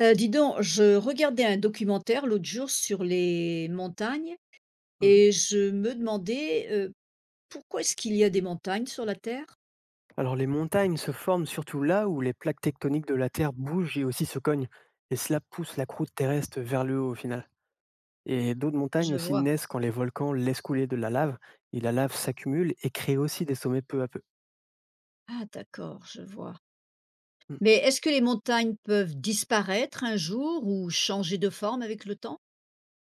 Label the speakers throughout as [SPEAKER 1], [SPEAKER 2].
[SPEAKER 1] Dis donc, je regardais un documentaire l'autre jour sur les montagnes
[SPEAKER 2] Mmh.
[SPEAKER 1] et je me demandais, pourquoi est-ce qu'il y a des montagnes sur la Terre?
[SPEAKER 2] Alors les montagnes se forment surtout là où les plaques tectoniques de la Terre bougent et aussi se cognent, et cela pousse la croûte terrestre vers le haut au final. Et d'autres montagnes
[SPEAKER 1] Je
[SPEAKER 2] aussi
[SPEAKER 1] vois.
[SPEAKER 2] naissent quand les volcans laissent couler de la lave, et la lave s'accumule et crée aussi des sommets peu à peu.
[SPEAKER 1] Ah d'accord, je vois.
[SPEAKER 2] Mmh.
[SPEAKER 1] Mais est-ce que les montagnes peuvent disparaître un jour ou changer de forme avec le temps?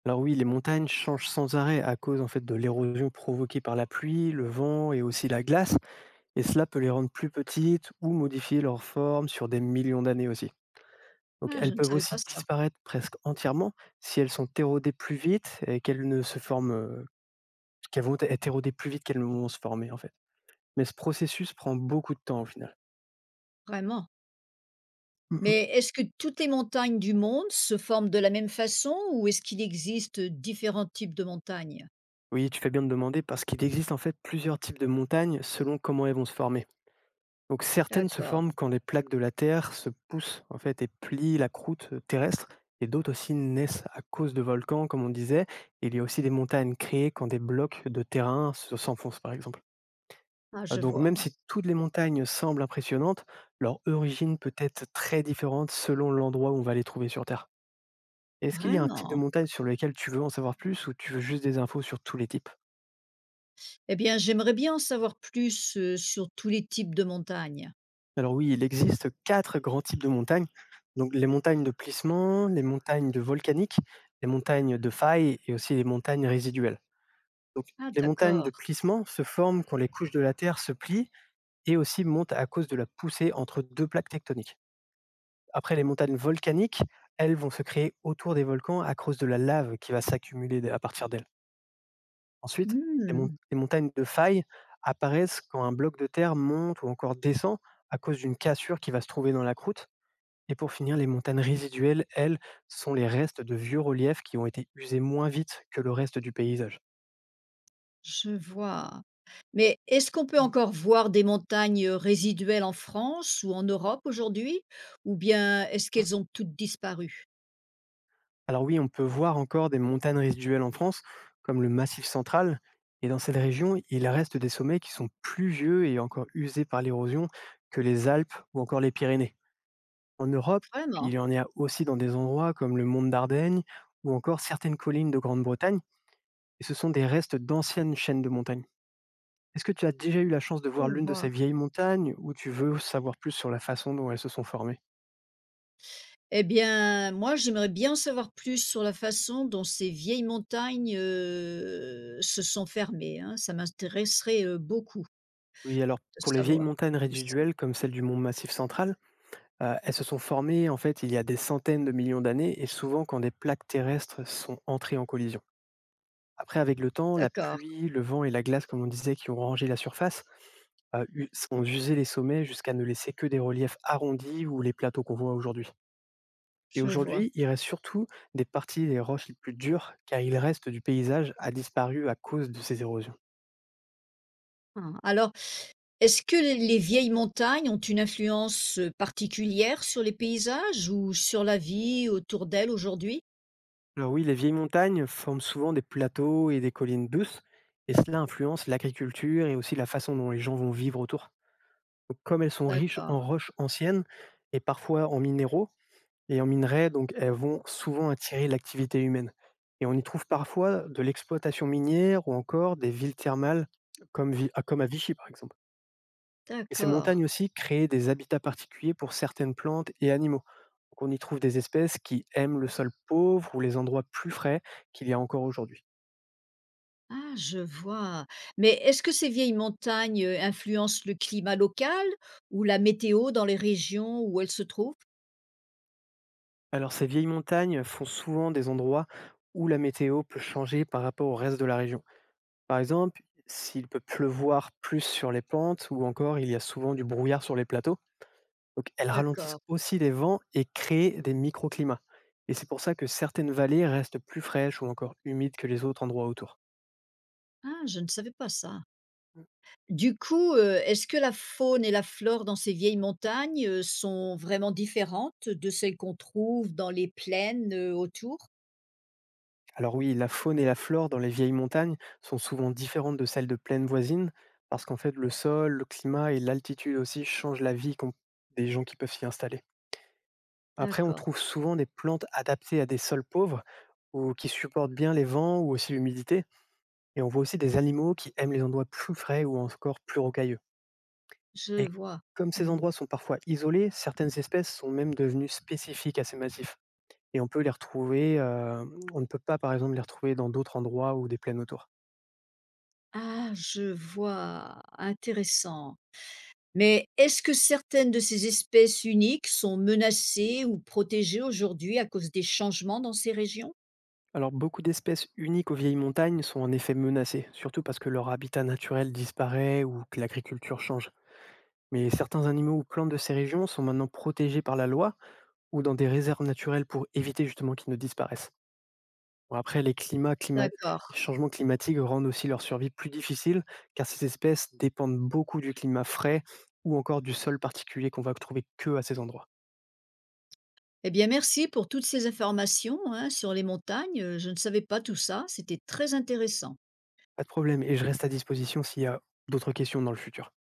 [SPEAKER 2] Alors oui, les montagnes changent sans arrêt à cause en fait de l'érosion provoquée par la pluie, le vent et aussi la glace, et cela peut les rendre plus petites ou modifier leur forme sur des millions d'années aussi. Donc
[SPEAKER 1] Ah,
[SPEAKER 2] elles
[SPEAKER 1] je ne
[SPEAKER 2] peuvent
[SPEAKER 1] savais
[SPEAKER 2] aussi
[SPEAKER 1] pas ça,
[SPEAKER 2] disparaître presque entièrement si elles sont érodées plus vite et qu'elles ne se forment, qu'elles vont être érodées plus vite qu'elles ne vont se former en fait. Mais ce processus prend beaucoup de temps au final.
[SPEAKER 1] vraiment.
[SPEAKER 2] Mmh.
[SPEAKER 1] Mais est-ce que toutes les montagnes du monde se forment de la même façon ou est-ce qu'il existe différents types de montagnes?
[SPEAKER 2] Oui, tu fais bien de demander parce qu'il existe en fait plusieurs types de montagnes selon comment elles vont se former. Donc certaines se
[SPEAKER 1] D'accord.
[SPEAKER 2] forment quand les plaques de la Terre se poussent en fait et plient la croûte terrestre, et d'autres aussi naissent à cause de volcans, comme on disait. Et il y a aussi des montagnes créées quand des blocs de s'enfoncent, par exemple.
[SPEAKER 1] Ah,
[SPEAKER 2] Euh,
[SPEAKER 1] je
[SPEAKER 2] Donc
[SPEAKER 1] vois,
[SPEAKER 2] même
[SPEAKER 1] oui.
[SPEAKER 2] si toutes les montagnes semblent impressionnantes, leur origine peut être très différente selon l'endroit où on va les trouver sur Terre. Est-ce qu'il y a un type de
[SPEAKER 1] Vraiment?
[SPEAKER 2] montagne sur lequel tu veux en savoir plus ou tu veux juste des infos sur tous les types.
[SPEAKER 1] Eh bien, j'aimerais bien en savoir plus, sur tous les types de montagnes.
[SPEAKER 2] Alors oui, il existe 4 grands types de montagnes. Donc les montagnes de plissement, les montagnes de volcaniques, les montagnes de faille et aussi les montagnes résiduelles. Donc
[SPEAKER 1] Ah
[SPEAKER 2] les montagnes de
[SPEAKER 1] d'accord.
[SPEAKER 2] plissement se forment quand les couches de la Terre se plient et aussi montent à cause de la poussée entre deux plaques tectoniques. Après les montagnes volcaniques, elles vont se créer autour des volcans à cause de la lave qui va s'accumuler à partir d'elles. Ensuite,
[SPEAKER 1] Mmh,
[SPEAKER 2] les montagnes de faille apparaissent quand un bloc de terre monte ou encore descend à cause d'une cassure qui va se trouver dans la croûte, et pour finir, les montagnes résiduelles, elles, sont les restes de vieux reliefs qui ont été usés moins vite que le reste du paysage.
[SPEAKER 1] je vois. Mais est-ce qu'on peut
[SPEAKER 2] Mm.
[SPEAKER 1] encore voir des montagnes résiduelles en France ou en Europe aujourd'hui? Ou bien est-ce qu'elles ont toutes disparu?
[SPEAKER 2] Alors oui, on peut voir encore des montagnes résiduelles en France, comme le Massif central, et dans cette région, il reste des sommets qui sont plus vieux et encore usés par l'érosion que les Alpes ou encore les Pyrénées. En Europe,
[SPEAKER 1] Vraiment?
[SPEAKER 2] il y en a aussi dans des endroits comme le Mont d'Ardenne ou encore certaines collines de Grande-Bretagne, et ce sont des restes d'anciennes chaînes de montagnes. Est-ce que tu as déjà eu la chance de voir
[SPEAKER 1] Je
[SPEAKER 2] l'une de
[SPEAKER 1] vois.
[SPEAKER 2] ces vieilles montagnes ou tu veux savoir plus sur la façon dont elles se sont formées?
[SPEAKER 1] Eh bien, moi, j'aimerais bien en savoir plus sur la façon dont ces vieilles montagnes se sont fermées, hein. Ça m'intéresserait, beaucoup
[SPEAKER 2] Oui, alors
[SPEAKER 1] de
[SPEAKER 2] pour les vieilles
[SPEAKER 1] savoir
[SPEAKER 2] montagnes
[SPEAKER 1] tout ça.
[SPEAKER 2] résiduelles comme celle du Mont Massif central, elles se sont formées en fait il y a des centaines de millions d'années et souvent quand des plaques terrestres sont entrées en collision. Après, avec le temps, la
[SPEAKER 1] D'accord,
[SPEAKER 2] pluie, le vent et la glace, comme on disait, qui ont rangé la surface, ont usé les sommets jusqu'à ne laisser que des reliefs arrondis ou les plateaux qu'on voit aujourd'hui. Et
[SPEAKER 1] je vois.
[SPEAKER 2] aujourd'hui, il reste surtout des parties des roches les plus dures, car il reste du paysage a disparu à cause de ces érosions.
[SPEAKER 1] Hein. Alors est-ce que les vieilles montagnes ont une influence particulière sur les paysages ou sur la vie autour d'elles aujourd'hui?
[SPEAKER 2] Alors oui, les vieilles montagnes forment souvent des plateaux et des collines douces, et cela influence l'agriculture et aussi la façon dont les gens vont vivre autour. Donc, comme elles sont riches
[SPEAKER 1] D'accord,
[SPEAKER 2] en roches anciennes et parfois en minéraux et en minerais, donc elles vont souvent attirer l'activité humaine. Et on y trouve parfois de l'exploitation minière ou encore des villes thermales comme, comme à Vichy par exemple. Et ces
[SPEAKER 1] d'accord.
[SPEAKER 2] montagnes aussi créent des habitats particuliers pour certaines plantes et animaux. Donc on y trouve des espèces qui aiment le sol pauvre ou les endroits plus frais qu'il y a encore aujourd'hui.
[SPEAKER 1] Ah je vois. Mais est-ce que ces vieilles montagnes influencent le climat local ou la météo dans les régions où elles se trouvent?
[SPEAKER 2] Alors ces vieilles montagnes font souvent des endroits où la météo peut changer par rapport au reste de la région. Par exemple, s'il peut pleuvoir plus sur les pentes ou encore il y a souvent du brouillard sur les plateaux, donc elles ralentissent
[SPEAKER 1] D'accord.
[SPEAKER 2] aussi les vents et créent des microclimats. Et c'est pour ça que certaines vallées restent plus fraîches ou encore humides que les autres endroits autour.
[SPEAKER 1] Ah je ne savais pas ça.
[SPEAKER 2] Mmh.
[SPEAKER 1] Du coup, est-ce que la faune et la flore dans ces vieilles montagnes sont vraiment différentes de celles qu'on trouve dans les plaines, autour?
[SPEAKER 2] Alors oui, la faune et la flore dans les vieilles montagnes sont souvent différentes de celles de plaines voisines, parce qu'en fait le sol, le climat et l'altitude aussi changent la vie des gens qui peuvent s'y installer. Après, on
[SPEAKER 1] D'accord.
[SPEAKER 2] trouve souvent des plantes adaptées à des sols pauvres ou qui supportent bien les vents ou aussi l'humidité. Et on voit aussi des animaux qui aiment les endroits plus frais ou encore plus rocailleux.
[SPEAKER 1] Je
[SPEAKER 2] Et
[SPEAKER 1] vois.
[SPEAKER 2] comme ces
[SPEAKER 1] Mmh.
[SPEAKER 2] endroits sont parfois isolés, certaines espèces sont même devenues spécifiques à ces massifs. Et on peut les retrouver, on ne peut pas par exemple les retrouver dans d'autres endroits ou des plaines autour.
[SPEAKER 1] Ah, je vois, intéressant. Mais est-ce que certaines de ces espèces uniques sont menacées ou protégées aujourd'hui à cause des changements dans ces régions?
[SPEAKER 2] Alors beaucoup d'espèces uniques aux vieilles montagnes sont en effet menacées, surtout parce que leur habitat naturel disparaît ou que l'agriculture change. Mais certains animaux ou plantes de ces régions sont maintenant protégés par la loi, ou dans des réserves naturelles pour éviter justement qu'ils ne disparaissent. Bon après les climats climat les
[SPEAKER 1] D'accord.
[SPEAKER 2] changements climatiques rendent aussi leur survie plus difficile, car ces espèces dépendent beaucoup du climat frais ou encore du sol particulier qu'on va trouver que à ces endroits.
[SPEAKER 1] Eh bien, merci pour toutes ces informations, hein, sur les montagnes, je ne savais pas tout ça, c'était très intéressant.
[SPEAKER 2] Pas de problème, et je reste à disposition s'il y a d'autres questions dans le futur.